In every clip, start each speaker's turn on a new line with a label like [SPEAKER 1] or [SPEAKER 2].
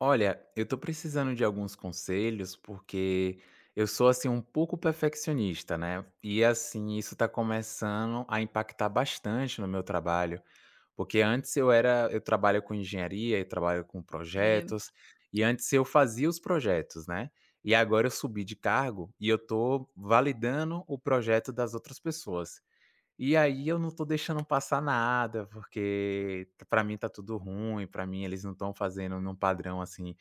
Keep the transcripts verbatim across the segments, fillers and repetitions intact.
[SPEAKER 1] Olha, eu tô precisando de alguns conselhos, porque eu sou, assim, um pouco perfeccionista, né, e, assim, isso tá começando a impactar bastante no meu trabalho, porque antes eu era eu trabalho com engenharia e trabalho com
[SPEAKER 2] E
[SPEAKER 1] projetos, e antes eu fazia os projetos, né, e agora eu subi de cargo e eu tô validando o projeto das outras pessoas. E aí eu não tô deixando passar nada, porque pra mim tá tudo ruim, pra mim eles não estão fazendo num padrão, assim,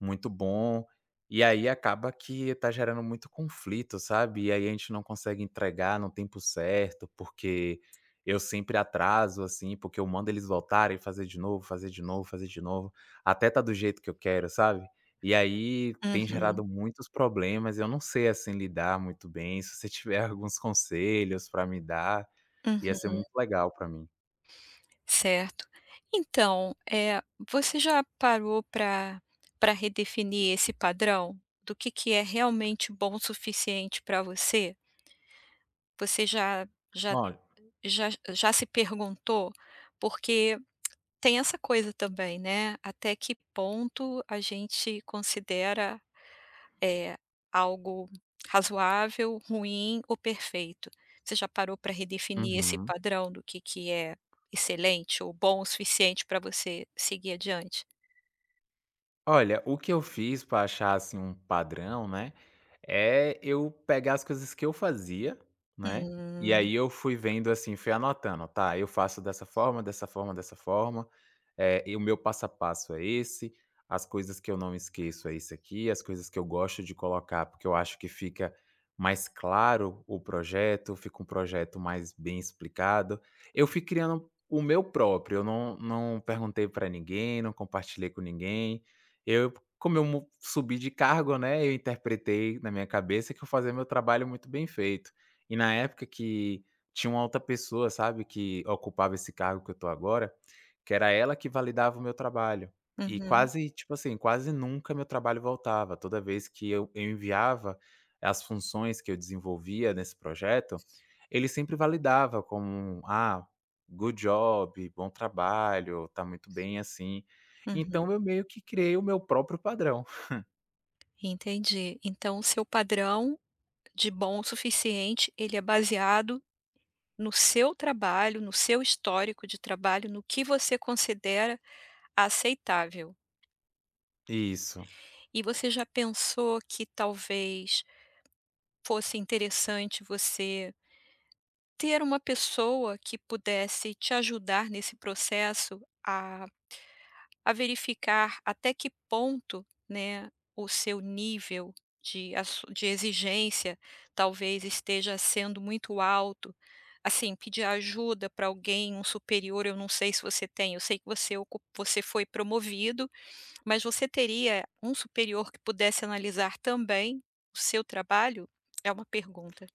[SPEAKER 1] muito bom. E aí acaba que tá gerando muito conflito, sabe. E aí a gente não consegue entregar no tempo certo, porque eu sempre atraso, assim, porque eu mando eles voltarem, fazer de novo, fazer de novo, fazer de novo, até tá do jeito que eu quero, sabe. E aí tem
[SPEAKER 2] uhum,
[SPEAKER 1] gerado muitos problemas, eu não sei, assim, lidar muito bem. Se você tiver alguns conselhos pra me dar, ia ser
[SPEAKER 2] uhum,
[SPEAKER 1] muito legal pra mim.
[SPEAKER 2] certo. Então, eh, você já parou para para redefinir esse padrão do que que é realmente bom o suficiente para você? Você já já
[SPEAKER 1] Olha,
[SPEAKER 2] já já se perguntou? Porque tem essa coisa também, né, até que ponto a gente considera é algo razoável, ruim ou perfeito. Você já parou para redefinir esse
[SPEAKER 1] uhum.
[SPEAKER 2] padrão do que que é excelente ou bom o suficiente para você seguir adiante?
[SPEAKER 1] Olha, o que eu fiz pra achar, assim, um padrão, né? É eu pegar as coisas que eu fazia, né, e
[SPEAKER 2] Hum.
[SPEAKER 1] aí eu fui vendo, assim, fui anotando: "Tá, eu faço dessa forma, dessa forma, dessa forma". É, e o meu passo a passo é esse, as coisas que eu não esqueço é isso aqui, as coisas que eu gosto de colocar, porque eu acho que fica mais claro o projeto, fica um projeto mais bem explicado. Eu fui criando o meu próprio, eu não, não perguntei para ninguém, não compartilhei com ninguém. Eu, como eu mu- subi de cargo, né, eu interpretei na minha cabeça que eu fazia meu trabalho muito bem feito. E na época que tinha uma outra pessoa, sabe, que ocupava esse cargo que eu tô agora, que era ela que validava o meu trabalho. E
[SPEAKER 2] Uhum,
[SPEAKER 1] quase, tipo assim, quase nunca meu trabalho voltava. Toda vez que eu eu enviava as funções que eu desenvolvia nesse projeto, ele sempre validava como: um, "Ah, good job, bom trabalho, tá muito bem assim".
[SPEAKER 2] uhum,
[SPEAKER 1] Então eu meio que criei o meu próprio padrão.
[SPEAKER 2] entendi. Então o seu padrão de bom o suficiente, ele é baseado no seu trabalho, no seu histórico de trabalho, no que você considera aceitável.
[SPEAKER 1] Isso.
[SPEAKER 2] E você já pensou que talvez fosse interessante você ter uma pessoa que pudesse te ajudar nesse processo a a verificar até que ponto, né, o seu nível de a de exigência talvez esteja sendo muito alto? Assim, pedir ajuda para alguém, um superior, eu não sei se você tem, eu sei que você ocu você foi promovido, mas você teria um superior que pudesse analisar também o seu trabalho? É uma pergunta.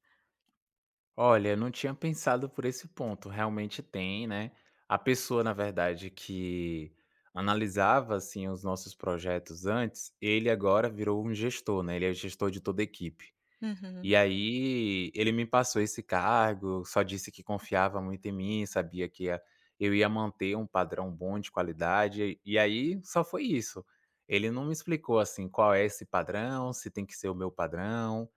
[SPEAKER 1] Olha, eu não tinha pensado por esse ponto. Realmente tem, né? A pessoa, na verdade, que analisava assim os nossos projetos antes, ele agora virou um gestor, né? Ele é gestor de toda a equipe. E
[SPEAKER 2] Uhum.
[SPEAKER 1] aí ele me passou esse cargo, só disse que confiava muito em mim, sabia que ia eu ia manter um padrão bom de qualidade, e aí só foi isso. Ele não me explicou, assim, qual é esse padrão, se tem que ser o meu padrão,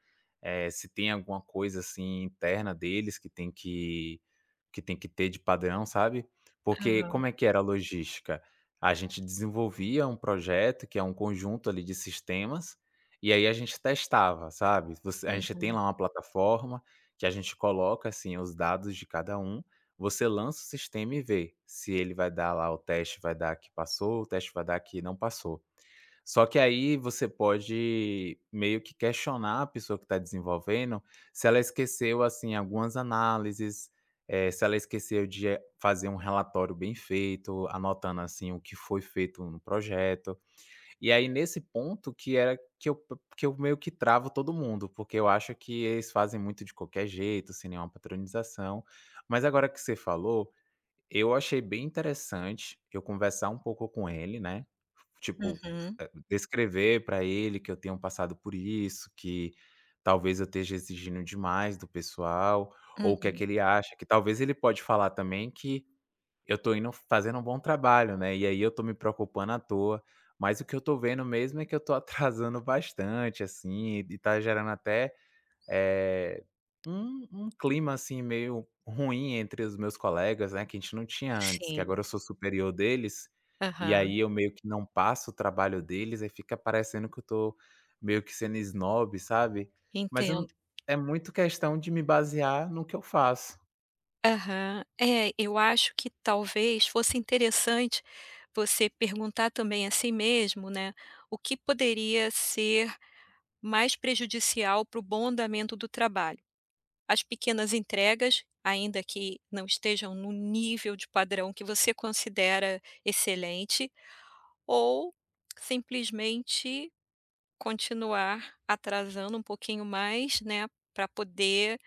[SPEAKER 1] eh, se tem alguma coisa, assim, interna deles que tem que que tem que ter de padrão, sabe. Porque como
[SPEAKER 2] Aham.
[SPEAKER 1] é que era a logística? A gente desenvolvia um projeto, que é um conjunto ali de sistemas, e aí a gente testava, sabe. Você A gente tem
[SPEAKER 2] Uhum.
[SPEAKER 1] lá uma plataforma que a gente coloca, assim, os dados de cada um, você lança o sistema e vê se ele vai dar lá o teste vai dar que passou, o teste vai dar que não passou. Só que aí você pode meio que questionar a pessoa que está desenvolvendo, se ela esqueceu, assim, algumas análises, eh, se ela esqueceu de eh, fazer um relatório bem feito, anotando, assim, o que foi feito no projeto. E aí nesse ponto que era que eu que eu meio que travo todo mundo, porque eu acho que eles fazem muito de qualquer jeito, sem nenhuma patronização. Mas agora que você falou, eu achei bem interessante eu conversar um pouco com ele, né, tipo,
[SPEAKER 2] Uhum.
[SPEAKER 1] descrever pra ele que eu tenho passado por isso, que talvez eu esteja exigindo demais do pessoal, ou o que é
[SPEAKER 2] Uhum.
[SPEAKER 1] que ele acha, que talvez ele pode falar também que eu tô indo fazendo um bom trabalho, né, e aí eu tô me preocupando à toa, mas o que eu tô vendo mesmo é que eu tô atrasando bastante, assim, e tá gerando até, eh, um um clima, assim, meio ruim entre os meus colegas, né, que a gente não tinha antes, que
[SPEAKER 2] Sim.
[SPEAKER 1] agora eu sou superior deles, e
[SPEAKER 2] Aham.
[SPEAKER 1] aí eu meio que não passo o trabalho deles, aí fica parecendo que eu tô meio que sendo snob, sabe. Mas eu não
[SPEAKER 2] Entendo.
[SPEAKER 1] É muito questão de me basear no que eu faço.
[SPEAKER 2] Aham. É, eu acho que talvez fosse interessante você perguntar também a si mesmo, né, o que poderia ser mais prejudicial para o bom andamento do trabalho. As pequenas entregas, ainda que não estejam no nível de padrão que você considera excelente, ou simplesmente continuar atrasando um pouquinho mais, né, para poder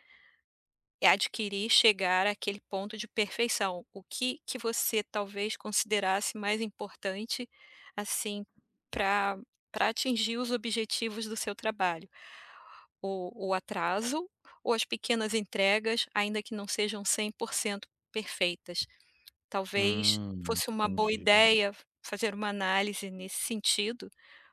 [SPEAKER 2] adquirir, chegar àquele ponto de perfeição. O que que você talvez considerasse mais importante, assim, para para atingir os objetivos do seu trabalho? o o atraso ou as pequenas entregas, ainda que não sejam cem por cento perfeitas. Talvez
[SPEAKER 1] Hum,
[SPEAKER 2] fosse uma boa
[SPEAKER 1] entendi.
[SPEAKER 2] ideia fazer uma análise nesse sentido,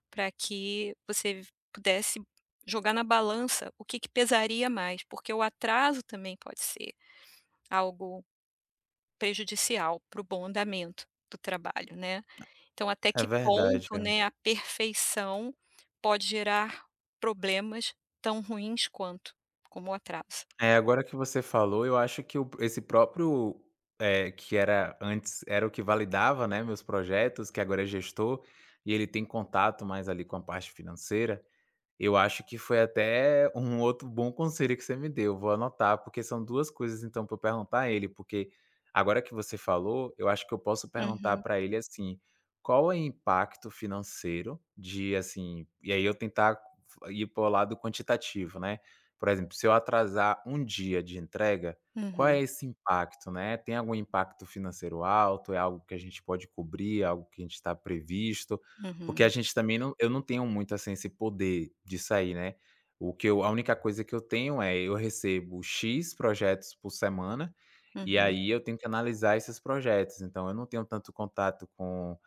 [SPEAKER 2] para que você pudesse jogar na balança o que que pesaria mais, porque o atraso também pode ser algo prejudicial para o bom andamento do trabalho, né. Então até
[SPEAKER 1] É
[SPEAKER 2] que
[SPEAKER 1] verdade.
[SPEAKER 2] ponto, né, a perfeição pode gerar problemas tão ruins quanto, como o atraso.
[SPEAKER 1] É, agora que você falou, eu acho que o esse próprio, eh, que era antes era o que validava, né, meus projetos, que agora é gestor, e ele tem contato mais ali com a parte financeira, eu acho que foi até um outro bom conselho que você me deu, vou anotar, porque são duas coisas então pra eu perguntar a ele, porque agora que você falou, eu acho que eu posso perguntar
[SPEAKER 2] Uhum,
[SPEAKER 1] para ele, assim, qual é o impacto financeiro de, assim e aí eu tentar ir para o lado quantitativo, né. Por exemplo, se eu atrasar um dia de entrega, qual é
[SPEAKER 2] uhum,
[SPEAKER 1] esse impacto, né. Tem algum impacto financeiro alto, é algo que a gente pode cobrir, algo que a gente está previsto? Porque a
[SPEAKER 2] uhum,
[SPEAKER 1] gente também não eu não tenho muito, assim, esse poder de sair, né. O que eu A única coisa que eu tenho é, eu recebo xis projetos por semana, e
[SPEAKER 2] uhum,
[SPEAKER 1] aí eu tenho que analisar esses projetos. Então eu não tenho tanto contato com,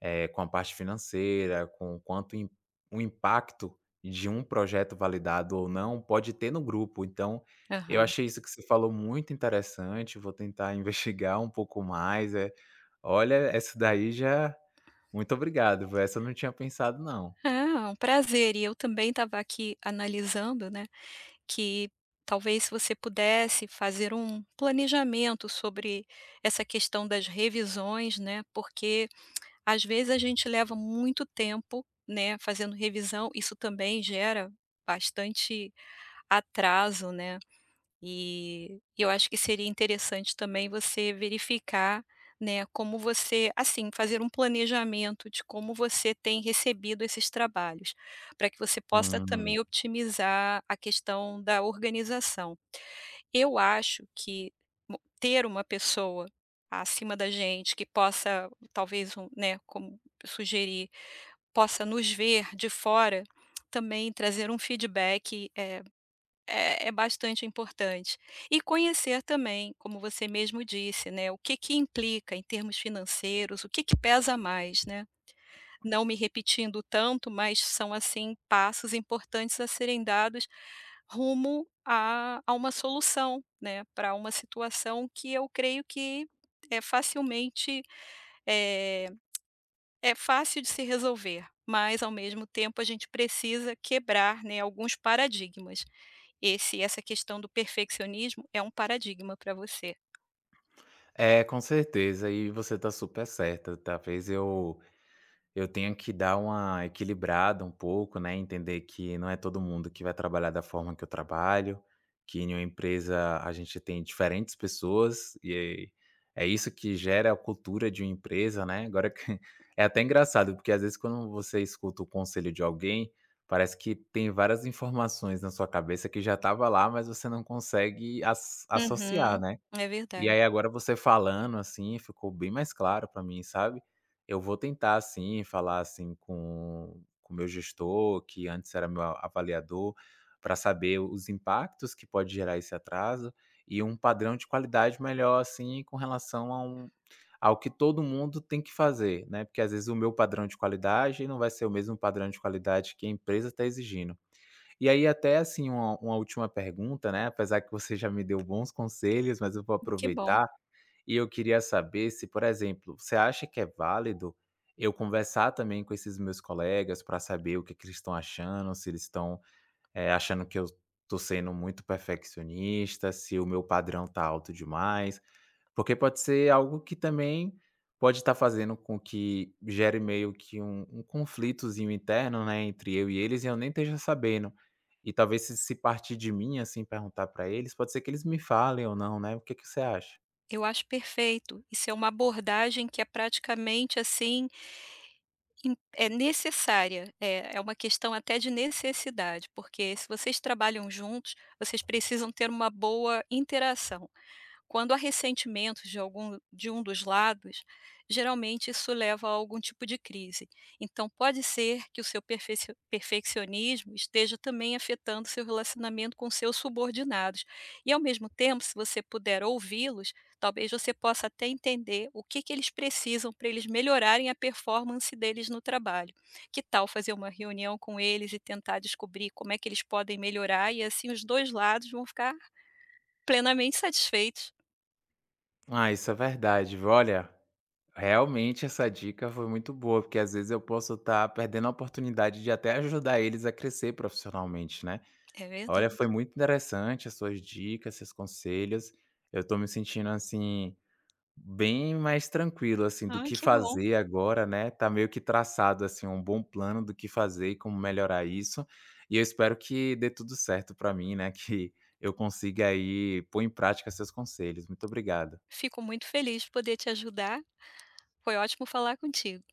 [SPEAKER 1] eh, com a parte financeira, com quanto im o impacto de um projeto validado ou não pode ter no grupo. Então, eu
[SPEAKER 2] aham.
[SPEAKER 1] achei isso que você falou muito interessante, vou tentar investigar um pouco mais, é olha, essa daí já muito obrigado, viu, essa eu não tinha pensado não.
[SPEAKER 2] Ah, um prazer. E eu também estava aqui analisando, né, que talvez se você pudesse fazer um planejamento sobre essa questão das revisões, né, porque às vezes a gente leva muito tempo, né, fazendo revisão, isso também gera bastante atraso, né. E eu acho que seria interessante também você verificar, né, como você, assim, fazer um planejamento de como você tem recebido esses trabalhos, para que você possa
[SPEAKER 1] Hum.
[SPEAKER 2] também otimizar a questão da organização. Eu acho que mo ter uma pessoa acima da gente que possa, talvez, um, né, como sugerir, possa nos ver de fora, também trazer um feedback, eh é é bastante importante. E conhecer também, como você mesmo disse, né, o que que implica em termos financeiros, o que que pesa mais, né. Não me repetindo tanto, mas são, assim, passos importantes a serem dados rumo a a uma solução, né, para uma situação que eu creio que é facilmente eh, é fácil de se resolver, mas ao mesmo tempo a gente precisa quebrar, né, alguns paradigmas. Esse essa questão do perfeccionismo é um paradigma para você.
[SPEAKER 1] É, com certeza, e você tá super certa, talvez eu Eu tenho que dar uma equilibrada um pouco, né, entender que não é todo mundo que vai trabalhar da forma que eu trabalho, que em uma empresa a gente tem diferentes pessoas e é isso que gera a cultura de uma empresa, né. Agora que é até engraçado, porque às vezes quando você escuta o conselho de alguém, parece que tem várias informações na sua cabeça que já estava lá, mas você não consegue as associar,
[SPEAKER 2] Uhum.
[SPEAKER 1] né.
[SPEAKER 2] É
[SPEAKER 1] E
[SPEAKER 2] verdade.
[SPEAKER 1] aí agora você falando, assim, ficou bem mais claro pra mim, sabe. Eu vou tentar, assim, falar, assim, com com o meu gestor, que antes era meu a avaliador, para saber os impactos que pode gerar esse atraso, e um padrão de qualidade melhor, assim, com relação a um ao que todo mundo tem que fazer, né, porque às vezes o meu padrão de qualidade não vai ser o mesmo padrão de qualidade que a empresa está exigindo. E aí até, assim, uma uma última pergunta, né, apesar que você já me deu bons conselhos, mas eu vou
[SPEAKER 2] Que bom.
[SPEAKER 1] aproveitar, e eu queria saber se, por exemplo, você acha que é válido eu conversar também com esses meus colegas para saber o que que eles estão achando, se eles estão, eh, achando que eu estou sendo muito perfeccionista, se o meu padrão tá alto demais. Porque pode ser algo que também pode estar fazendo com que gere meio que um um conflitozinho interno, né, entre eu e eles e eu nem esteja sabendo. E talvez se se partir de mim, assim, perguntar pra eles, pode ser que eles me falem ou não, né. O que que você acha?
[SPEAKER 2] Eu acho perfeito. Isso é uma abordagem que é praticamente, assim, im é necessária. É é uma questão até de necessidade, porque se vocês trabalham juntos, vocês precisam ter uma boa interação. Quando há ressentimento de algum de um dos lados, geralmente isso leva a algum tipo de crise. Então pode ser que o seu perfecio perfeccionismo esteja também afetando seu relacionamento com seus subordinados. E ao mesmo tempo, se você puder ouvi-los, talvez você possa até entender o que que eles precisam para eles melhorarem a performance deles no trabalho. Que tal fazer uma reunião com eles e tentar descobrir como é que eles podem melhorar, e assim os dois lados vão ficar plenamente satisfeitos.
[SPEAKER 1] Ah, isso é verdade, viu. Olha, realmente essa dica foi muito boa, porque às vezes eu posso estar perdendo a oportunidade de até ajudar eles a crescer profissionalmente, né.
[SPEAKER 2] É
[SPEAKER 1] Olha, foi
[SPEAKER 2] verdade.
[SPEAKER 1] muito interessante as suas dicas, seus conselhos. Eu estou me sentindo, assim, bem mais tranquilo, assim, do
[SPEAKER 2] Ai,
[SPEAKER 1] que
[SPEAKER 2] que bom.
[SPEAKER 1] fazer agora, né, tá meio que traçado, assim, um bom plano do que fazer e como melhorar isso. E eu espero que dê tudo certo pra mim, né, que eu consiga aí pôr em prática seus conselhos. Muito obrigado.
[SPEAKER 2] Fico muito feliz de poder te ajudar. Foi ótimo falar contigo.